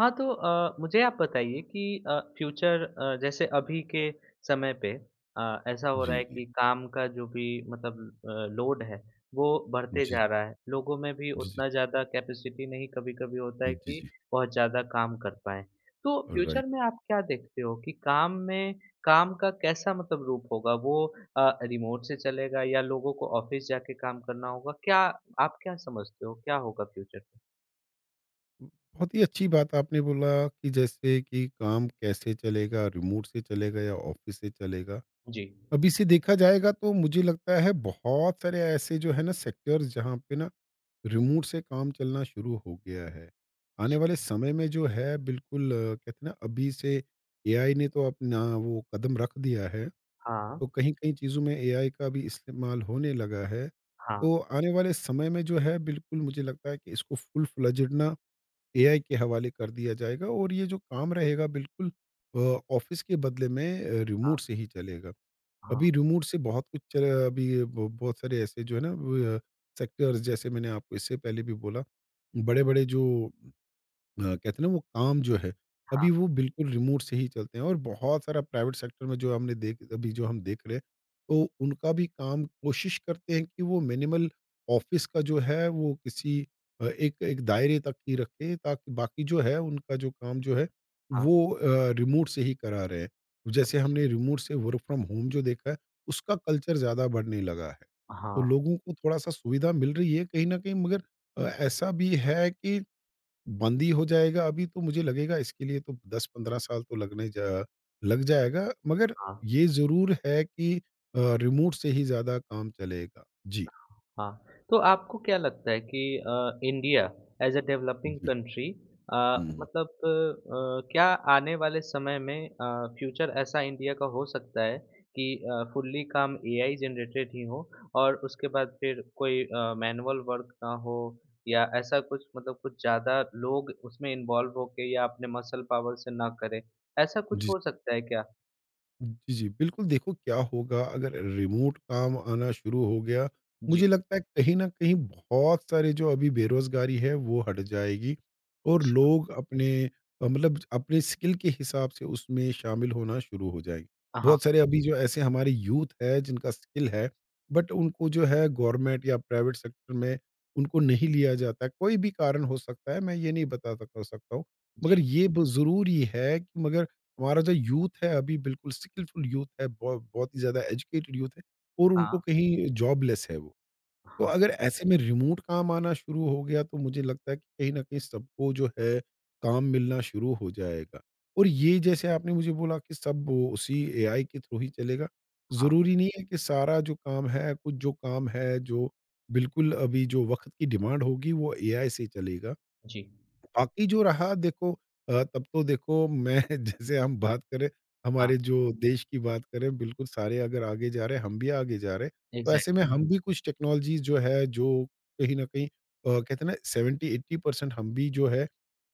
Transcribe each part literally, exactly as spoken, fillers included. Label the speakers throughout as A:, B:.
A: हाँ, तो अ, मुझे आप बताइए कि अ, फ्यूचर अ, जैसे अभी के समय पे अ, ऐसा हो
B: जी,
A: रहा है
B: जी।
A: कि काम का जो भी मतलब अ, लोड है, वो बढ़ते
B: जी,
A: जा रहा है। लोगों में भी
B: जी, जी।
A: उतना ज़्यादा कैपेसिटी नहीं कभी-कभी होता है
B: जी,
A: कि
B: जी।
A: बहुत ज़्यादा काम कर पाएँ। तो
B: राइट।
A: फ्यूचर में आप क्या देखते हो कि काम में काम का कैसा मतलब रूप होगा? वो अ, रिमोट से चलेगा या लोगों को ऑफ़िस जाके काम करना होगा? क्या आप क्या समझते हो, क्या होगा फ्यूचर में?
B: बहुत ही अच्छी बात आपने बोला कि जैसे कि काम कैसे चलेगा, रिमोट से चलेगा या ऑफ़िस से चलेगा।
A: जी।
B: अभी से देखा जाएगा तो मुझे लगता है बहुत सारे ऐसे जो है ना सेक्टर्स जहाँ पे ना रिमोट से काम चलना शुरू हो गया है। आने वाले समय में जो है बिल्कुल अ, कहते हैं ना अभी से एआई ने तो अपना वो कदम रख दिया है।
A: हाँ,
B: तो कहीं-कहीं चीज़ों में एआई का भी इस्तेमाल होने लगा है।
A: हाँ।
B: तो आने वाले समय में जो है बिल्कुल मुझे लगता है कि इसको फुल फ्लेजेड ना एआई के हवाले कर दिया जाएगा और ये जो काम रहेगा बिल्कुल अ, ऑफ़िस के बदले में अ,
A: हाँ,
B: रिमोट से ही चलेगा।
A: हाँ,
B: अभी रिमोट से बहुत कुछ चल अभी ब बहुत सारे ऐसे जो है ना व सेक्टर्स, जैसे मैंने आपको इससे पहले भी बोला, बड़े-बड़े जो अ, कहते हैं ना वो काम जो है, अभी वो बिल्कुल रिमोट से ही चलते हैं। और बहुत सारा प्राइवेट सेक्टर में जो हमने देख अभी जो हम देख रहे हैं, तो उनका भी काम कोशिश करते हैं कि वो मिनिमल ऑफ़िस का जो है वो किसी अ, एक एक दायरे तक ही रखें, ताकि बाकी जो है उनका जो काम जो है
A: हाँ,
B: वो अ, रिमोट से ही करा रहे हैं। जैसे हमने रिमोट से वर्क फ्रॉम होम जो देखा है, उसका कल्चर ज़्यादा बढ़ने लगा है। तो
A: हाँ,
B: लोगों को थोड़ा-सा सुविधा मिल रही है कहीं न कहीं, मगर अ, ऐसा भी है कि बंद ही हो जाएगा अभी, तो मुझे लगेगा इसके लिए तो दस पंद्रह साल तो लगने जा लग जाएगा, मगर
A: हाँ,
B: ये ज़रूर है कि अ, रिमोट से ही ज़्यादा काम चलेगा। जी।
A: हाँ। तो आपको क्या लगता है कि अ, इंडिया एज़ अ डेवलपिंग
B: जी।
A: कंट्री अ,
B: हुँ, हुँ।
A: मतलब अ, क्या आने वाले समय में अ, फ्यूचर ऐसा इंडिया का हो सकता है कि अ, फुल्ली काम एआई जनरेटेड ही हो और उसके बाद फिर कोई अ, मैनुअल वर्क ना हो या ऐसा कुछ मतलब कुछ ज़्यादा लोग उसमें इन्वॉल्व होके या अपने मसल पावर से ना करें, ऐसा कुछ
B: जी।
A: हो सकता है क्या?
B: जी, जी। बिल्कुल, देखो क्या होगा अगर रिमोट काम आना शुरू हो गया, मुझे
A: जी,
B: लगता है कहीं न कहीं बहुत सारे जो अभी बेरोज़गारी है वो हट जाएगी और
A: अच्छा।
B: लोग अपने अ, मतलब अपने स्किल के हिसाब से उसमें शामिल होना शुरू हो जाएँगे।
A: हाँ,
B: बहुत सारे अभी जो ऐसे हमारे यूथ है जिनका स्किल है, बट उनको जो है गवर्नमेंट या प्राइवेट सेक्टर में उनको नहीं लिया जाता है। कोई भी कारण हो सकता है, मैं ये नहीं बता सक सकता हूँ। मगर
A: जी,
B: ये ब ज़रूरी है कि, मगर हमारा जो यूथ है अभी बिल्कुल स्किलफुल यूथ है, बहु बहुत ही ज़्यादा एजुकेटेड यूथ है, और
A: हाँ,
B: उनको कहीं जॉबलेस है वो। तो
A: हाँ।
B: अगर ऐसे में रिमोट काम आना शुरू हो गया तो मुझे लगता है कि कहीं न कहीं सबको जो है काम मिलना शुरू हो जाएगा। और ये जैसे आपने मुझे बोला कि सब वो उसी एआई के थ्रू ही चलेगा।
A: हाँ,
B: ज़रूरी नहीं है कि सारा जो काम है, कुछ जो काम है जो बिल्कुल अभी जो वक़्त की डिमांड होगी वो एआई से चलेगा।
A: जी,
B: बाकी जो रहा, देखो अ, तब तो देखो मैं जैसे हम बात करें,
A: हाँ,
B: हमारे जो देश की बात करें, बिल्कुल सारे अगर आगे जा रहे हैं, हम भी आगे जा रहे हैं। तो
A: एग्ज़ैक्ट,
B: ऐसे में हम भी कुछ टेक्नोलॉजी जो है, जो कहीं ना कहीं अ, कहते हैं ना सेवेंटी-अस्सी परसेंट हम भी जो है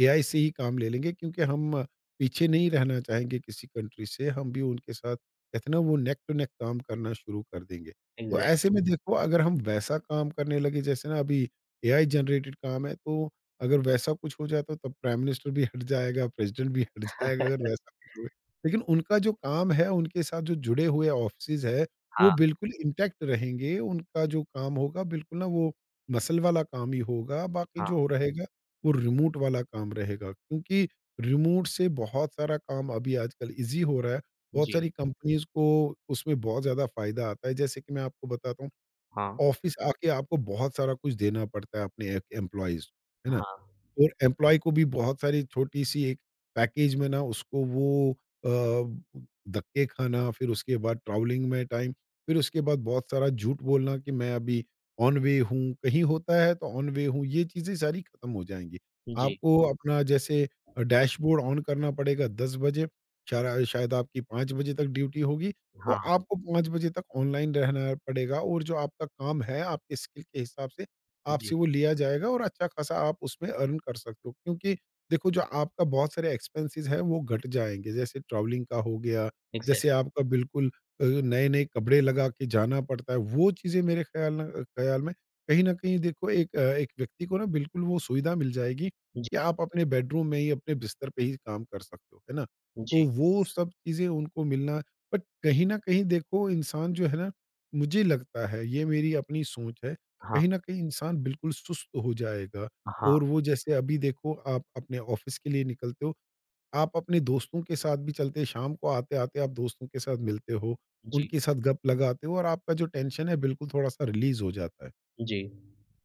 B: एआई से ही काम ले लेंगे, क्योंकि हम अ, पीछे नहीं रहना चाहेंगे किसी कंट्री से। हम भी उनके साथ, कहते हैं ना वो, नेक टू नेक काम करना शुरू कर देंगे। तो
A: एग्ज़ैक्ट,
B: ऐसे में देखो अगर हम वैसा काम करने लगे जैसे ना अभी एआई जनरेटेड काम है, तो अगर वैसा कुछ हो जाता तब प्राइम मिनिस्टर भी हट जाएगा, प्रेज़िडेंट भी हट जाएगा, अगर वैसा कुछ हो गया। लेकिन उनका जो काम है, उनके साथ जो जुड़े हुए ऑफ़िसेज़ है, वो
A: हाँ,
B: बिल्कुल इंटैक्ट रहेंगे। उनका जो काम होगा बिल्कुल ना, वो मसल वाला काम ही होगा, बाकी
A: हाँ,
B: जो रहेगा वो रिमोट वाला काम रहेगा। क्योंकि रिमोट से बहुत सारा काम अभी आजकल ईज़ी हो रहा है। बहुत
A: जी,
B: सारी कंपनीज़ को उसमें बहुत ज़्यादा फ़ायदा आता है। जैसे कि मैं आपको बताता हूँ,
A: हाँ,
B: ऑफ़िस आके आपको बहुत सारा कुछ देना पड़ता है अपने ए एम्प्लॉइज़, है ना?
A: हाँ,
B: और एम्प्लॉयी को भी बहुत सारी छोटी-सी एक पैकेज में ना, उसको वो अ, धक्के खाना, फिर उसके बाद ट्रैवलिंग में टाइम, फिर उसके बाद बहुत सारा झूठ बोलना कि मैं अभी ऑन वे हूँ, कहीं होता है तो ऑन वे हूँ, ये चीज़ें सारी खत्म हो जाएँगी।
A: जी,
B: आपको अपना जैसे अ, डैशबोर्ड ऑन करना पड़ेगा दस बजे, शारा शायद आपकी पाँच बजे तक ड्यूटी होगी, तो
A: हाँ,
B: आपको पाँच बजे तक ऑनलाइन रहना पड़ेगा, और जो आपका काम है, आपके स्किल के हिसाब से आपसे
A: जी,
B: वो लिया जाएगा, और अच्छा खासा आप उसमें अर्न कर सकते हो। क्योंकि देखो जो आपका बहुत सारे एक्सपेंसेस है वो घट जाएँगे, जैसे ट्रैवलिंग का हो गया,
A: एग्ज़ैक्ट,
B: जैसे आपका बिल्कुल अ, नए-नए कपड़े लगा के जाना पड़ता है, वो चीज़ें मेरे ख़्याल न ख़्याल में कहीं न कहीं, देखो, एक अ, एक व्यक्ति को ना बिल्कुल वो सुविधा मिल जाएगी
A: जी,
B: कि आप अपने बेडरूम में ही, अपने बिस्तर पे ही काम कर सकते हो, है ना? तो
A: जी,
B: वो सब चीज़ें उनको मिलना, बट कहीं न कहीं, देखो, इंसान जो है ना, मुझे लगता है, ये मेरी अपनी सोच है,
A: हाँ,
B: कहीं न कहीं इंसान बिल्कुल सुस्त हो जाएगा।
A: हाँ,
B: और वो जैसे अभी देखो आप अपने ऑफ़िस के लिए निकलते हो, आप अपने दोस्तों के साथ भी चलते, शाम को आते-आते आप दोस्तों के साथ मिलते हो,
A: जी,
B: उनके साथ गप लगाते हो, और आपका जो टेंशन है बिल्कुल थोड़ा-सा रिलीज़ हो जाता है।
A: जी,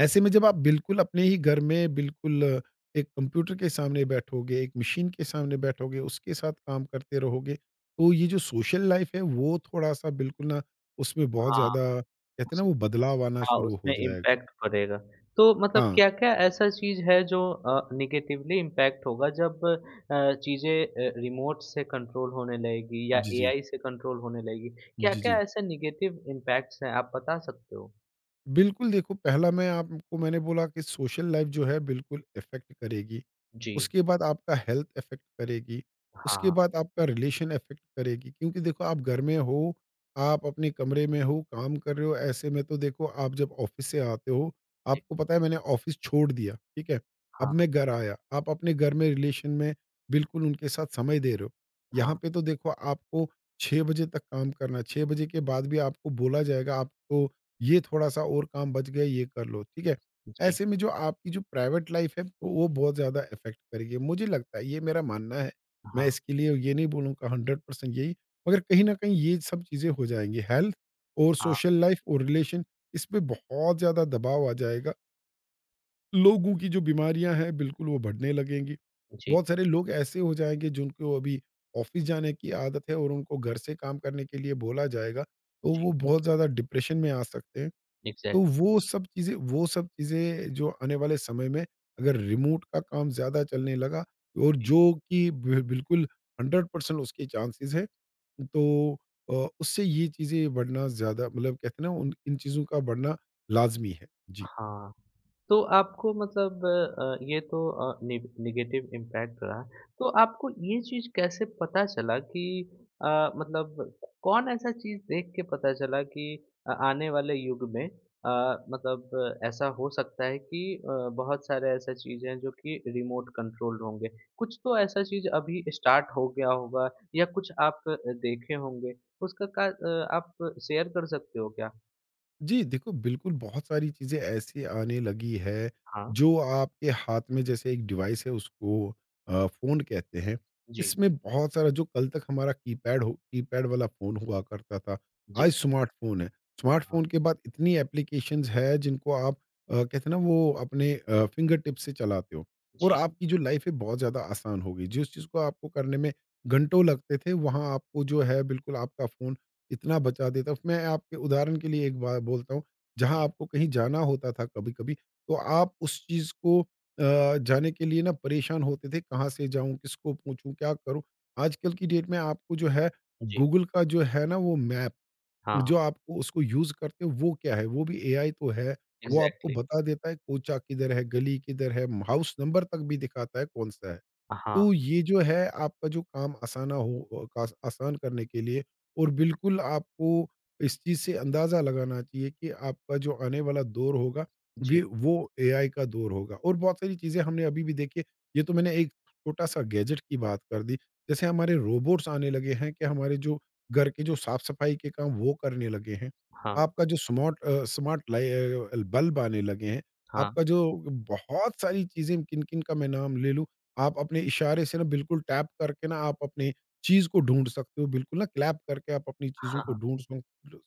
B: ऐसे में जब आप बिल्कुल अपने ही घर में बिल्कुल अ, एक कंप्यूटर के सामने बैठोगे, एक मशीन के सामने बैठोगे, उसके साथ काम करते रहोगे, तो ये जो सोशल लाइफ़ है वो थोड़ा-सा बिल्कुल ना, उसमें बहुत
A: हाँ,
B: ज़्यादा, कहते हैं ना
A: उसे
B: वो, बदलाव आना
A: हाँ,
B: शुरू हो
A: उसमें
B: जाएगा।
A: इम्पैक्ट पड़ेगा। तो मतलब
B: हाँ।
A: क्या-क्या ऐसा चीज़ है जो अ, नेगेटिवली इम्पैक्ट होगा जब अ, चीज़ें अ, रिमोट से कंट्रोल होने लगेगी या
B: dizí,
A: एआई से कंट्रोल होने लगेगी? क्या-क्या
B: dizí।
A: ऐसे नेगेटिव इम्पैक्ट्स हैं, आप बता सकते हो?
B: बिल्कुल, देखो, पहला मैं आपको मैंने बोला कि सोशल लाइफ़ जो है बिल्कुल इफ़ेक्ट करेगी।
A: जी,
B: उसके बाद आपका हेल्थ इफ़ेक्ट करेगी,
A: हाँ,
B: उसके
A: हाँ,
B: बाद आपका रिलेशन इफ़ेक्ट करेगी, क्योंकि देखो आप घर में हो, आप अपने कमरे में हो, काम कर रहे हो, ऐसे में तो देखो आप जब ऑफ़िस से आते हो,
A: जी,
B: आपको पता है मैंने ऑफ़िस छोड़ दिया, ठीक है? अब
A: हाँ,
B: मैं घर आया, आप अपने घर में रिलेशन में बिल्कुल उनके साथ समय दे रहे हो।
A: हाँ,
B: यहाँ पे तो देखो आपको छह बजे तक काम करना है, छह बजे के बाद भी आपको बोला जाएगा आप तो, ये थोड़ा-सा और काम बच गया, ये कर लो, ठीक है?
A: जी,
B: ऐसे में जो आपकी जो प्राइवेट लाइफ़ है, वो वो बहुत ज़्यादा इफ़ेक्ट करेगी। मुझे लगता है, ये मेरा मानना है। मैं
A: हाँ।
B: इसके लिए ये नहीं बोलूँगा हंड्रेड परसेंट यही, मगर कहीं न कहीं ये सब चीज़ें हो जाएँगी। हेल्थ और
A: हाँ,
B: सोशल लाइफ़ और रिलेशन, इस पे बहुत ज़्यादा दबाव आ जाएगा। लोगों की जो बीमारियाँ हैं, बिल्कुल वो बढ़ने लगेंगी।
A: जी,
B: बहुत सारे लोग ऐसे हो जाएँगे, जिनको अभी ऑफ़िस जाने की आदत है, और उनको घर से काम करने के लिए बोला जाएगा, तो
A: जी,
B: वो बहुत ज़्यादा डिप्रेशन में आ सकते हैं। तो
A: एग्ज़ैक्टली
B: वो सब चीज़ें, वो सब चीज़ें जो आने वाले समय में अगर रिमोट का काम ज़्यादा चलने लगा, और जो कि बि बिल्कुल हंड्रेड परसेंट उसके चांसेज़ है। तो अ, उससे ये चीज़ें बढ़ना ज़्यादा, मतलब कहते हैं ना, उन इन चीज़ों का बढ़ना लाज़मी है। जी।
A: हाँ, तो आपको मतलब अ, ये तो अ, ने नेगेटिव इम्पैक्ट रहा, तो आपको ये चीज़ कैसे पता चला कि अ, मतलब कौन ऐसा चीज़ देख के पता चला कि अ, आने वाले युग में अ, मतलब अ, ऐसा हो सकता है कि अ, बहुत सारे ऐसा चीज़ें हैं जो कि रिमोट कंट्रोल्ड होंगे। कुछ तो ऐसा चीज़ अभी स्टार्ट हो गया होगा या कुछ आप अ, देखे होंगे, उसका का अ, आप शेयर कर सकते हो क्या?
B: जी, देखो बिल्कुल बहुत सारी चीज़ें ऐसी आने लगी है,
A: हाँ,
B: जो आपके हाथ में जैसे एक डिवाइस है, उसको अ, फ़ोन कहते हैं।
A: जी,
B: इसमें बहुत सारा, जो कल तक हमारा कीपैड हो कीपैड वाला फ़ोन हुआ करता था, आज
A: जी,
B: स्मार्टफ़ोन है।
A: हाँ,
B: स्मार्टफ़ोन के बाद इतनी एप्लीकेशंस है जिनको आप अ, कहते हैं ना वो अपने अ, फिंगर टिप्स से चलाते हो, और
A: जी,
B: आपकी जो लाइफ़ है बहुत ज़्यादा आसान हो गई। जिस चीज़ को आपको करने में घंटों लगते थे, वहाँ आपको जो है बिल्कुल आपका फ़ोन इतना बचा देता। मैं आपके उदाहरण के लिए एक बात बोलता हूँ, जहाँ
A: जी,
B: आपको कहीं जाना होता था कभी कभी, तो आप उस चीज को अ, जाने के लिए ना परेशान होते थे, कहाँ से जाऊं, किसको पूछूं, क्या करूं। आजकल की डेट में आपको जो है
A: जी,
B: गूगल का जो है ना वो मैप,
A: हाँ,
B: जो आपको उसको यूज करते हो, वो क्या है, वो भी एआई तो है। वो आपको
A: इग्ज़ैक्टली
B: बता देता है कोचा किधर है, गली किधर है, हाउस नंबर तक भी दिखाता है कौन सा है।
A: हाँ,
B: तो ये जो है आपका जो काम आसाना हो अ, कास आसान करने के लिए, और बिल्कुल आपको इस चीज़ से अंदाज़ा लगाना चाहिए कि आपका जो आने वाला दौर होगा, वे
A: जी,
B: वो एआई का दौर होगा, और बहुत सारी चीज़ें हमने अभी भी देखी है। ये तो मैंने एक छोटा-सा गैजेट की बात कर दी। जैसे हमारे रोबोट्स आने लगे हैं, कि हमारे जो घर के जो साफ-सफाई के काम वो करने लगे हैं।
A: हाँ,
B: आपका जो स्मार्ट अ, स्मार्ट लाई अ, बल्ब आने लगे हैं।
A: हाँ,
B: आपका जो बहुत सारी चीज़ें, किन-किन का मैं नाम ले लूँ। आप अपने इशारे से ना बिल्कुल टैप करके ना आप अपनी चीज़ को ढूँढ सकते हो। बिल्कुल ना क्लैप करके आप अपनी चीज़ों को
A: हाँ,
B: ढूँढ सक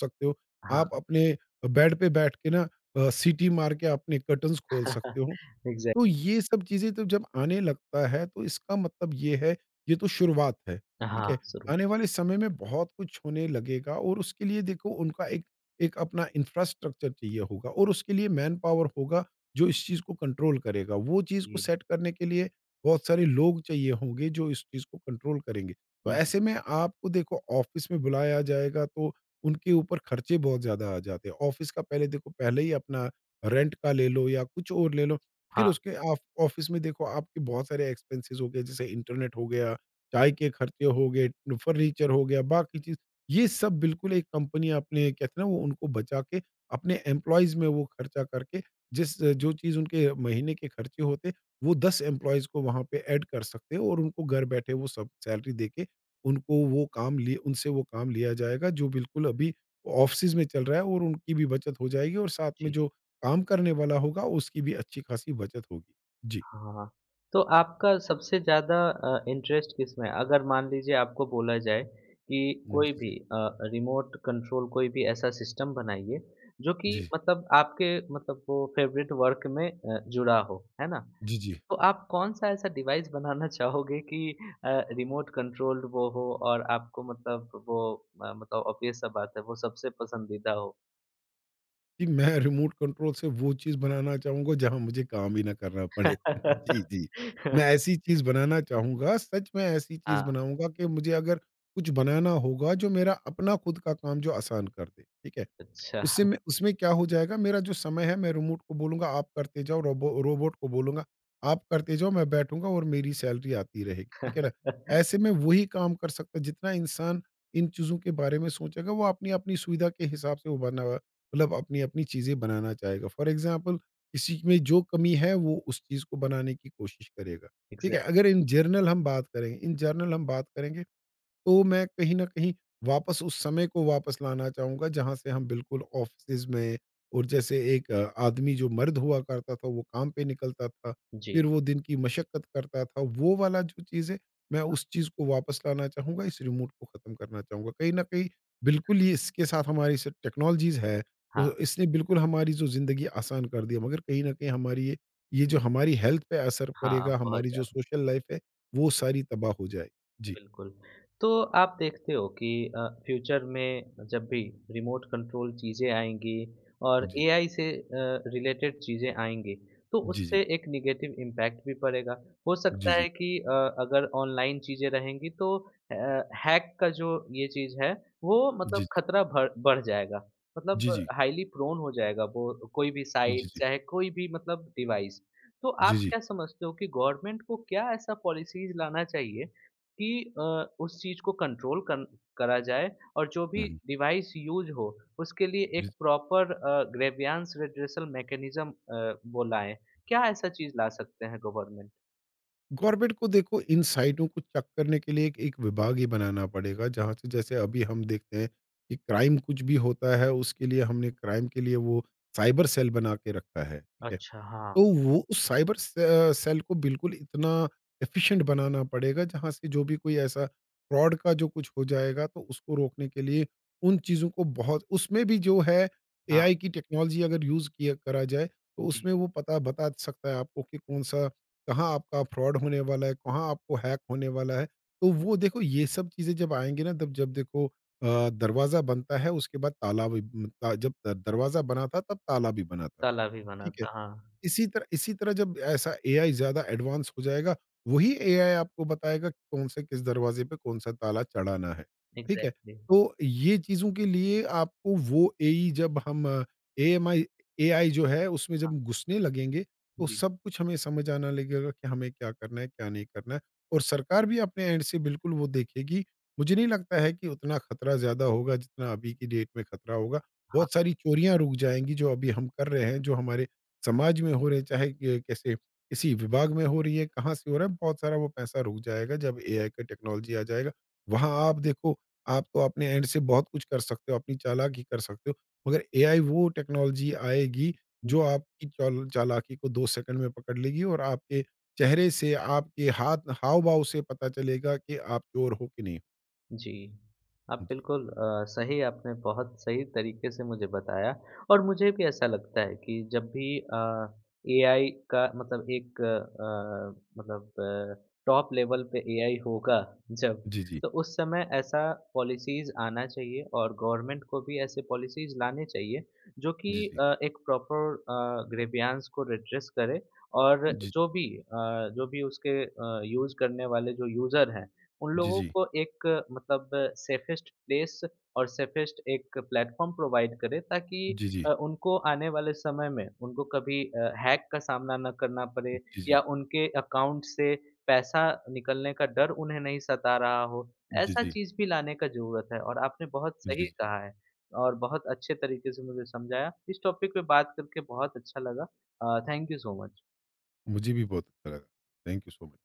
B: सकते हो। आप
A: हाँ,
B: अपने बेड पे बैठ के ना अ, सीटी मार के अपने कर्टन्स खोल
A: हाँ,
B: सकते हो।
A: इग्ज़ैक्ट
B: तो ये सब चीज़ें तो जब आने लगता है तो इसका मतलब ये है, ये तो शुरुआत है, ठीक
A: हाँ,
B: है?
A: ज़रूर,
B: आने वाले समय में बहुत कुछ होने लगेगा और उसके लिए देखो उनका एक एक अपना इंफ्रास्ट्रक्चर चाहिए होगा और उसके लिए मैन पावर होगा जो इस चीज़ को कंट्रोल करेगा। वो चीज़ को
A: जी,
B: सेट करने के लिए बहुत सारे लोग चाहिए होंगे जो इस चीज़ को कंट्रोल करेंगे। तो
A: जी,
B: ऐसे में आपको देखो ऑफ़िस में बुलाया जाएगा तो उनके ऊपर खर्चे बहुत ज़्यादा आ जाते हैं। ऑफ़िस का पहले देखो पहले ही अपना रेंट का ले लो या कुछ और ले लो। फिर
A: हाँ,
B: उसके आप ऑफ़िस में देखो आपके बहुत सारे एक्सपेंसेस हो गए, जैसे इंटरनेट हो गया, चाय के खर्चे हो गए, फर्नीचर हो गया, बाकी चीज़। ये सब बिल्कुल एक कंपनी आपने कहते हैं ना वो उनको बचा के अपने एम्प्लॉइज़ में वो खर्चा करके जिस जो चीज़ उनके महीने के खर्चे होते, वो दस एम्प्लॉइज़ को वहाँ पे ऐड कर सकते हो और उनको घर बैठे वो सब सैलरी दे के उनको वो काम लिए उनसे वो काम लिया जाएगा जो बिल्कुल अभी ऑफ़िसेज़ में चल रहा है, और उनकी भी बचत हो जाएगी और साथ में
A: जी,
B: जो काम करने वाला होगा, उसकी भी अच्छी खासी बचत होगी। जी।
A: हाँ, हाँ। तो आपका सबसे ज़्यादा अ, इंटरेस्ट किसमें है? अगर मान लीजिए आपको बोला जाए कि कोई
B: जी,
A: भी
B: जी।
A: अ, रिमोट कंट्रोल कोई भी ऐसा सिस्टम बनाइए, जो कि
B: जी।
A: मतलब आपके मतलब वो फ़ेवरेट वर्क में अ, जुड़ा हो, है ना?
B: जी, जी।
A: तो आप कौन-सा ऐसा डिवाइस बनाना चाहोगे कि अ, रिमोट कंट्रोल्ड वो हो और आपको मतलब वो अ, मतलब ऑब्वियस सा बात है वो सबसे पसंदीदा हो?
B: जी, मैं रिमोट कंट्रोल से वो चीज़ बनाना चाहूँगा जहाँ मुझे काम ही ना करना पड़े। जी, जी। मैं ऐसी चीज़ बनाना चाहूँगा, सच में ऐसी चीज़
A: हाँ,
B: बनाऊँगा कि मुझे अगर कुछ बनाना होगा जो मेरा अपना खुद का काम जो आसान कर दे, ठीक है?
A: अच्छा।
B: उससे में उसमें क्या हो जाएगा, मेरा जो समय है, मैं रिमोट को बोलूँगा आप करते जाओ, रोबो रोबोट को बोलूँगा आप करते जाओ, मैं बैठूँगा और मेरी सैलरी आती रहेगी, ठीक है ना? ऐसे में वही काम कर सकता है, जितना इंसान इन चीज़ों के बारे में सोचेगा वो अपनी-अपनी सुविधा के हिसाब से वो बना मतलब अपनी-अपनी चीज़ें बनाना चाहेगा। फॉर एग्ज़ाम्पल, किसी में जो कमी है वो उस चीज़ को बनाने की कोशिश करेगा, ठीक है?
A: एग्ज़ैक्ट
B: अगर इन जनरल हम बात करें इन जनरल हम बात करेंगे, तो मैं कहीं न कहीं वापस उस समय को वापस लाना चाहूँगा जहाँ से हम बिल्कुल ऑफ़िसेज़ में, और जैसे एक अ, आदमी जो मर्द हुआ करता था वो काम पे निकलता था,
A: जी।
B: फिर वो दिन की मशक्कत करता था, वो वाला जो चीज़ है, मैं उस चीज़ को वापस लाना चाहूँगा, इस रिमोट को ख़त्म करना चाहूँगा। कहीं न कहीं बिल्कुल ये इसके साथ हमारी स टेक्नोलॉज़ीज़ है, तो
A: हाँ,
B: इसने बिल्कुल हमारी जो ज़िंदगी आसान कर दी है, मगर कहीं न कहीं हमारी ये ये जो हमारी हेल्थ पे असर
A: हाँ,
B: पड़ेगा,
A: बहुत
B: हमारी जो
A: ज़्यादा।
B: सोशल लाइफ़ है, वो सारी तबाह हो जाएगी। जी।
A: बिल्कुल। तो आप देखते हो कि अ, फ्यूचर में जब भी रिमोट कंट्रोल चीज़ें आएँगी और
B: जी, जी।
A: एआई से अ, रिलेटेड चीज़ें आएँगी, तो
B: जी, जी।
A: उससे एक नेगेटिव इम्पैक्ट भी पड़ेगा। हो
B: जी,
A: सकता
B: जी।
A: है कि अ, अगर ऑनलाइन चीज़ें रहेंगी तो अ, हैक का जो ये चीज़ है, वो
B: जी,
A: मतलब
B: जी।
A: खतरा भर बढ़ जाएगा। मतलब
B: जी, जी।
A: हाइली प्रोन हो जाएगा वो कोई भी
B: जी,
A: साइट,
B: जी।
A: चाहे कोई भी मतलब डिवाइस। तो
B: जी,
A: आप
B: जी।
A: क्या समझते हो कि गवर्नमेंट को क्या ऐसा पॉलिसीज़ लाना चाहिए कि अ, उस चीज़ को कंट्रोल कर करा जाए और जो
B: हुँ,
A: भी
B: हुँ।
A: डिवाइस यूज़ हो, उसके लिए
B: जी।
A: एक प्रॉपर अ, ग्रेवियांस रिड्रेसल मैकेनिज़्म अ, वो लाएँ। क्या ऐसा चीज़ ला सकते हैं गवर्नमेंट?
B: गवर्नमेंट को देखो इन साइटों को चेक करने के लिए एक एक विभाग ही बनाना पड़ेगा, जहाँ से जैसे अभी हम देखते हैं कि क्राइम कुछ भी होता है उसके लिए हमने क्राइम के लिए वो साइबर सेल बना के रखा है। ठीक है?
A: अच्छा, हाँ।
B: तो वो उस साइबर से अ, सेल को बिल्कुल इतना एफिशिएंट बनाना पड़ेगा, जहाँ से जो भी कोई ऐसा फ्रॉड का जो कुछ हो जाएगा तो उसको रोकने के लिए उन चीज़ों को बहुत, उसमें भी जो है
A: हाँ,
B: ए आई की टेक्नोलॉजी अगर यूज़ किया करा जाए तो
A: जी। जी,
B: उसमें वो पता बता सकता है आपको कि कौन सा कहाँ आपका फ्रॉड होने वाला है, कहाँ आपको हैक होने वाला है। तो वो देखो ये सब चीज़ें जब आएँगी ना, तब जब देखो अ, दरवाज़ा बनता है उसके बाद ताला भी बनता, जब दरवाज़ा बना था तब ताला भी बना था।
A: ताला भी बना
B: ठीक है?
A: था, हाँ।
B: इसी तरह इसी तरह जब ऐसा ए आई ज़्यादा एडवांस हो जाएगा, वही ए आई आपको बताएगा कि कौन से किस दरवाज़े पे कौन-सा ताला चढ़ाना है, ठीक है?
A: एग्ज़ैक्टली,
B: तो ये चीज़ों के लिए आपको वो एई जब हम एएमआई ए आई जो है उसमें
A: हाँ,
B: जब घुसने लगेंगे, तो
A: जी।
B: सब कुछ हमें समझ आना लगेगा कि हमें क्या करना है, क्या नहीं करना है, और सरकार भी अपने एंड से बिल्कुल वो देखेगी। मुझे नहीं लगता है कि उतना खतरा ज़्यादा होगा जितना अभी की डेट में खतरा होगा। बहुत सारी चोरियाँ रुक जाएँगी जो अभी हम कर रहे हैं, जो हमारे समाज में हो रहे, चाहे ये कैसे किसी विभाग में हो रही है, कहाँ से हो रहा है। बहुत सारा वो पैसा रुक जाएगा जब एआई का टेक्नोलॉजी आ जाएगा। वहाँ आप देखो, आप तो अपने एंड से बहुत कुछ कर सकते हो, अपनी चालाकी कर सकते हो, मगर ए आई वो टेक्नोलॉजी आएगी जो आपकी चाल चालाकी को दो सेकंड में पकड़ लेगी, और आपके चेहरे से, आपके हाथ हाव भाव से पता चलेगा कि आप चोर हो कि नहीं हो।
A: जी। आप
B: जी
A: बिल्कुल अ, सही आपने बहुत सही तरीके से मुझे बताया और मुझे भी ऐसा लगता है कि जब भी अ, एआई का मतलब एक अ, मतलब टॉप लेवल पे एआई होगा जब,
B: जी। जी
A: तो उस समय ऐसा पॉलिसीज़ आना चाहिए और गवर्नमेंट को भी ऐसे पॉलिसीज़ लाने चाहिए, जो कि
B: जी। जी
A: अ, एक प्रॉपर अ, ग्रीवियंस को रिड्रेस करे और
B: जी।
A: जो भी अ, जो भी उसके अ, यूज़ करने वाले जो यूज़र हैं, उन
B: जी
A: लोगों
B: जी।
A: को एक मतलब सेफेस्ट प्लेस और सेफेस्ट एक प्लेटफ़ॉर्म प्रोवाइड करें ताकि
B: जी जी। जी
A: अ, उनको आने वाले समय में उनको कभी अ, हैक का सामना ना करना पड़े
B: जी।
A: या उनके अकाउंट से पैसा निकलने का डर उन्हें नहीं सता रहा हो।
B: जी
A: ऐसा
B: जी।
A: चीज़ भी लाने का ज़रूरत है और आपने बहुत
B: जी
A: सही
B: जी।
A: कहा है और बहुत अच्छे तरीके से मुझे समझाया। इस टॉपिक पे बात करके बहुत अच्छा लगा। अ, थैंक यू सो मच।
B: मुझे भी बहुत अच्छा लगा। Thank you so much.